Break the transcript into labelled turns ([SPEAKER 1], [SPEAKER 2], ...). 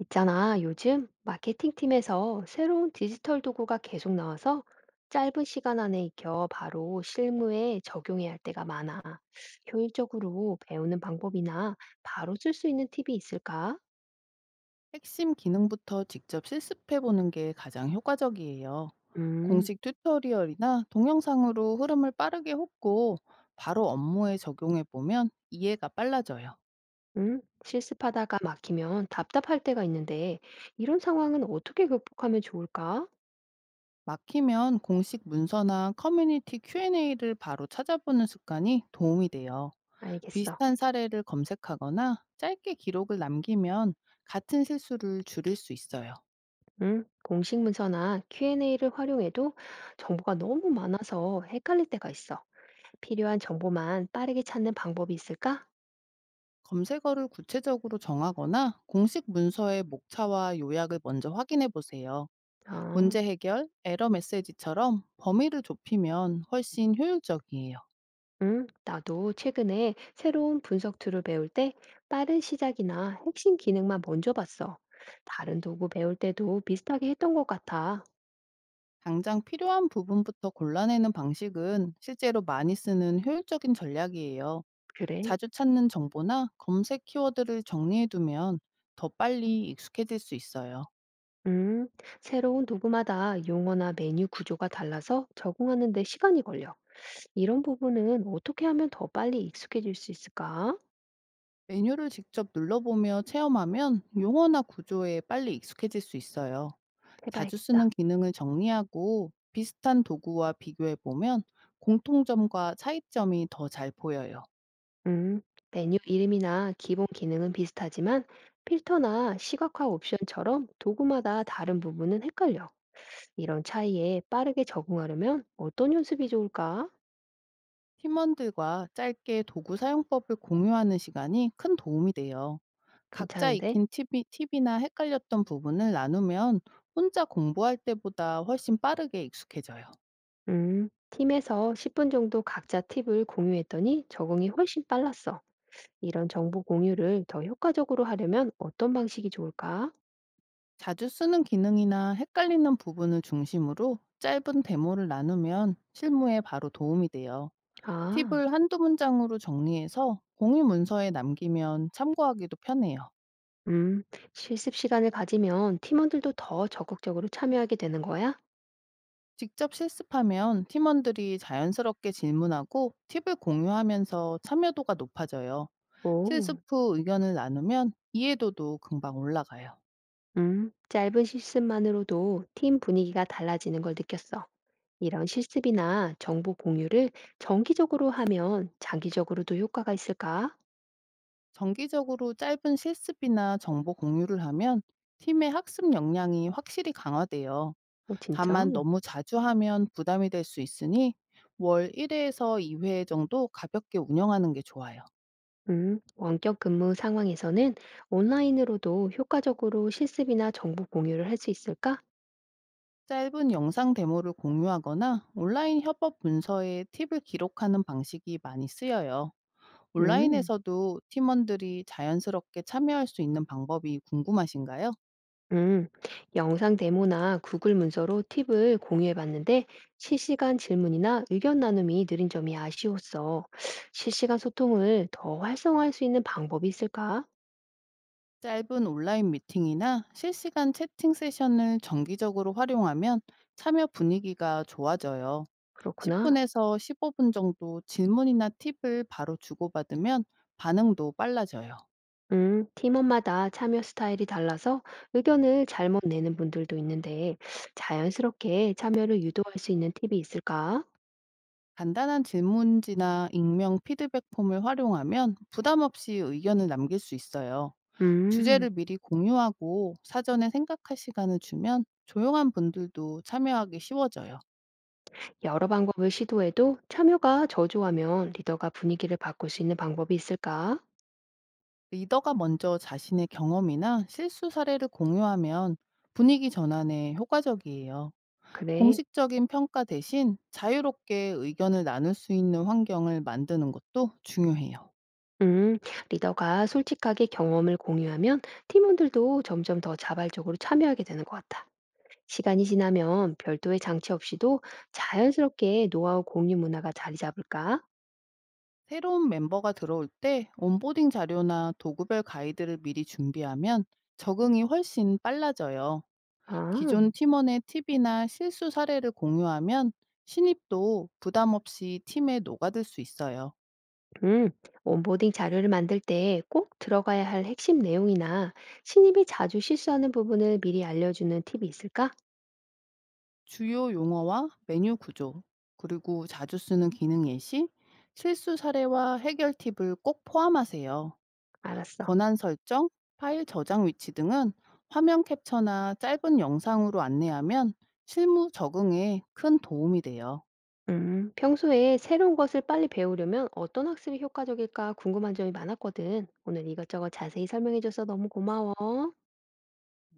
[SPEAKER 1] 있잖아, 요즘 마케팅팀에서 새로운 디지털 도구가 계속 나와서 짧은 시간 안에 익혀 바로 실무에 적용해야 할 때가 많아. 효율적으로 배우는 방법이나 바로 쓸 수 있는 팁이 있을까?
[SPEAKER 2] 핵심 기능부터 직접 실습해 보는 게 가장 효과적이에요.
[SPEAKER 1] 음,
[SPEAKER 2] 공식 튜토리얼이나 동영상으로 흐름을 빠르게 훑고 바로 업무에 적용해 보면 이해가 빨라져요.
[SPEAKER 1] 실습하다가 막히면 답답할 때가 있는데 이런 상황은 어떻게 극복하면 좋을까?
[SPEAKER 2] 막히면 공식 문서나 커뮤니티 Q&A를 바로 찾아보는 습관이 도움이 돼요.
[SPEAKER 1] 알겠어.
[SPEAKER 2] 비슷한 사례를 검색하거나 짧게 기록을 남기면 같은 실수를 줄일 수 있어요.
[SPEAKER 1] 공식 문서나 Q&A를 활용해도 정보가 너무 많아서 헷갈릴 때가 있어. 필요한 정보만 빠르게 찾는 방법이 있을까?
[SPEAKER 2] 검색어를 구체적으로 정하거나 공식 문서의 목차와 요약을 먼저 확인해 보세요.
[SPEAKER 1] 어,
[SPEAKER 2] 문제 해결, 에러 메시지처럼 범위를 좁히면 훨씬 효율적이에요.
[SPEAKER 1] 응, 나도 최근에 새로운 분석 툴을 배울 때 빠른 시작이나 핵심 기능만 먼저 봤어. 다른 도구 배울 때도 비슷하게 했던 것 같아.
[SPEAKER 2] 당장 필요한 부분부터 골라내는 방식은 실제로 많이 쓰는 효율적인 전략이에요.
[SPEAKER 1] 그래?
[SPEAKER 2] 자주 찾는 정보나 검색 키워드를 정리해두면 더 빨리 익숙해질 수 있어요.
[SPEAKER 1] 음, 새로운 도구마다 용어나 메뉴 구조가 달라서 적응하는 데 시간이 걸려. 이런 부분은 어떻게 하면 더 빨리 익숙해질 수 있을까?
[SPEAKER 2] 메뉴를 직접 눌러보며 체험하면 용어나 구조에 빨리 익숙해질 수 있어요. 자주 쓰는
[SPEAKER 1] 해봐야겠다.
[SPEAKER 2] 기능을 정리하고 비슷한 도구와 비교해보면 공통점과 차이점이 더 잘 보여요.
[SPEAKER 1] 음, 메뉴 이름이나 기본 기능은 비슷하지만 필터나 시각화 옵션처럼 도구마다 다른 부분은 헷갈려. 이런 차이에 빠르게 적응하려면 어떤 연습이 좋을까?
[SPEAKER 2] 팀원들과 짧게 도구 사용법을 공유하는 시간이 큰 도움이 돼요. 각자
[SPEAKER 1] 괜찮은데?
[SPEAKER 2] 익힌 팁이나 헷갈렸던 부분을 나누면 혼자 공부할 때보다 훨씬 빠르게 익숙해져요.
[SPEAKER 1] 팀에서 10분 정도 각자 팁을 공유했더니 적응이 훨씬 빨랐어. 이런 정보 공유를 더 효과적으로 하려면 어떤 방식이 좋을까?
[SPEAKER 2] 자주 쓰는 기능이나 헷갈리는 부분을 중심으로 짧은 데모를 나누면 실무에 바로 도움이 돼요.
[SPEAKER 1] 아,
[SPEAKER 2] 팁을 한두 문장으로 정리해서 공유 문서에 남기면 참고하기도 편해요.
[SPEAKER 1] 음, 실습 시간을 가지면 팀원들도 더 적극적으로 참여하게 되는 거야?
[SPEAKER 2] 직접 실습하면 팀원들이 자연스럽게 질문하고 팁을 공유하면서 참여도가 높아져요.
[SPEAKER 1] 오.
[SPEAKER 2] 실습 후 의견을 나누면 이해도도 금방 올라가요.
[SPEAKER 1] 짧은 실습만으로도 팀 분위기가 달라지는 걸 느꼈어. 이런 실습이나 정보 공유를 정기적으로 하면 장기적으로도 효과가 있을까?
[SPEAKER 2] 정기적으로 짧은 실습이나 정보 공유를 하면 팀의 학습 역량이 확실히 강화돼요.
[SPEAKER 1] 어, 진짜?
[SPEAKER 2] 다만 너무 자주 하면 부담이 될 수 있으니 월 1회에서 2회 정도 가볍게 운영하는 게 좋아요.
[SPEAKER 1] 원격 근무 상황에서는 온라인으로도 효과적으로 실습이나 정보 공유를 할 수 있을까?
[SPEAKER 2] 짧은 영상 데모를 공유하거나 온라인 협업 문서에 팁을 기록하는 방식이 많이 쓰여요.
[SPEAKER 1] 음.
[SPEAKER 2] 온라인에서도 팀원들이 자연스럽게 참여할 수 있는 방법이 궁금하신가요?
[SPEAKER 1] 음. 영상 데모나 구글 문서로 팁을 공유해 봤는데 실시간 질문이나 의견 나눔이 느린 점이 아쉬웠어. 실시간 소통을 더 활성화할 수 있는 방법이 있을까?
[SPEAKER 2] 짧은 온라인 미팅이나 실시간 채팅 세션을 정기적으로 활용하면 참여 분위기가 좋아져요.
[SPEAKER 1] 그렇구나.
[SPEAKER 2] 10분에서 15분 정도 질문이나 팁을 바로 주고받으면 반응도 빨라져요.
[SPEAKER 1] 팀원마다 참여 스타일이 달라서 의견을 잘못 내는 분들도 있는데 자연스럽게 참여를 유도할 수 있는 팁이 있을까?
[SPEAKER 2] 간단한 질문지나 익명 피드백 폼을 활용하면 부담 없이 의견을 남길 수 있어요.
[SPEAKER 1] 음,
[SPEAKER 2] 주제를 미리 공유하고 사전에 생각할 시간을 주면 조용한 분들도 참여하기 쉬워져요.
[SPEAKER 1] 여러 방법을 시도해도 참여가 저조하면 리더가 분위기를 바꿀 수 있는 방법이 있을까?
[SPEAKER 2] 리더가 먼저 자신의 경험이나 실수 사례를 공유하면 분위기 전환에 효과적이에요.
[SPEAKER 1] 그래.
[SPEAKER 2] 공식적인 평가 대신 자유롭게 의견을 나눌 수 있는 환경을 만드는 것도 중요해요.
[SPEAKER 1] 음, 리더가 솔직하게 경험을 공유하면 팀원들도 점점 더 자발적으로 참여하게 되는 것 같아. 시간이 지나면 별도의 장치 없이도 자연스럽게 노하우 공유 문화가 자리 잡을까?
[SPEAKER 2] 새로운 멤버가 들어올 때 온보딩 자료나 도구별 가이드를 미리 준비하면 적응이 훨씬 빨라져요.
[SPEAKER 1] 아,
[SPEAKER 2] 기존 팀원의 팁이나 실수 사례를 공유하면 신입도 부담 없이 팀에 녹아들 수 있어요.
[SPEAKER 1] 음, 온보딩 자료를 만들 때 꼭 들어가야 할 핵심 내용이나 신입이 자주 실수하는 부분을 미리 알려주는 팁이 있을까?
[SPEAKER 2] 주요 용어와 메뉴 구조, 그리고 자주 쓰는 기능 예시, 실수 사례와 해결 팁을 꼭 포함하세요.
[SPEAKER 1] 알았어.
[SPEAKER 2] 권한 설정, 파일 저장 위치 등은 화면 캡처나 짧은 영상으로 안내하면 실무 적응에 큰 도움이 돼요.
[SPEAKER 1] 평소에 새로운 것을 빨리 배우려면 어떤 학습이 효과적일까 궁금한 점이 많았거든. 오늘 이것저것 자세히 설명해줘서 너무 고마워.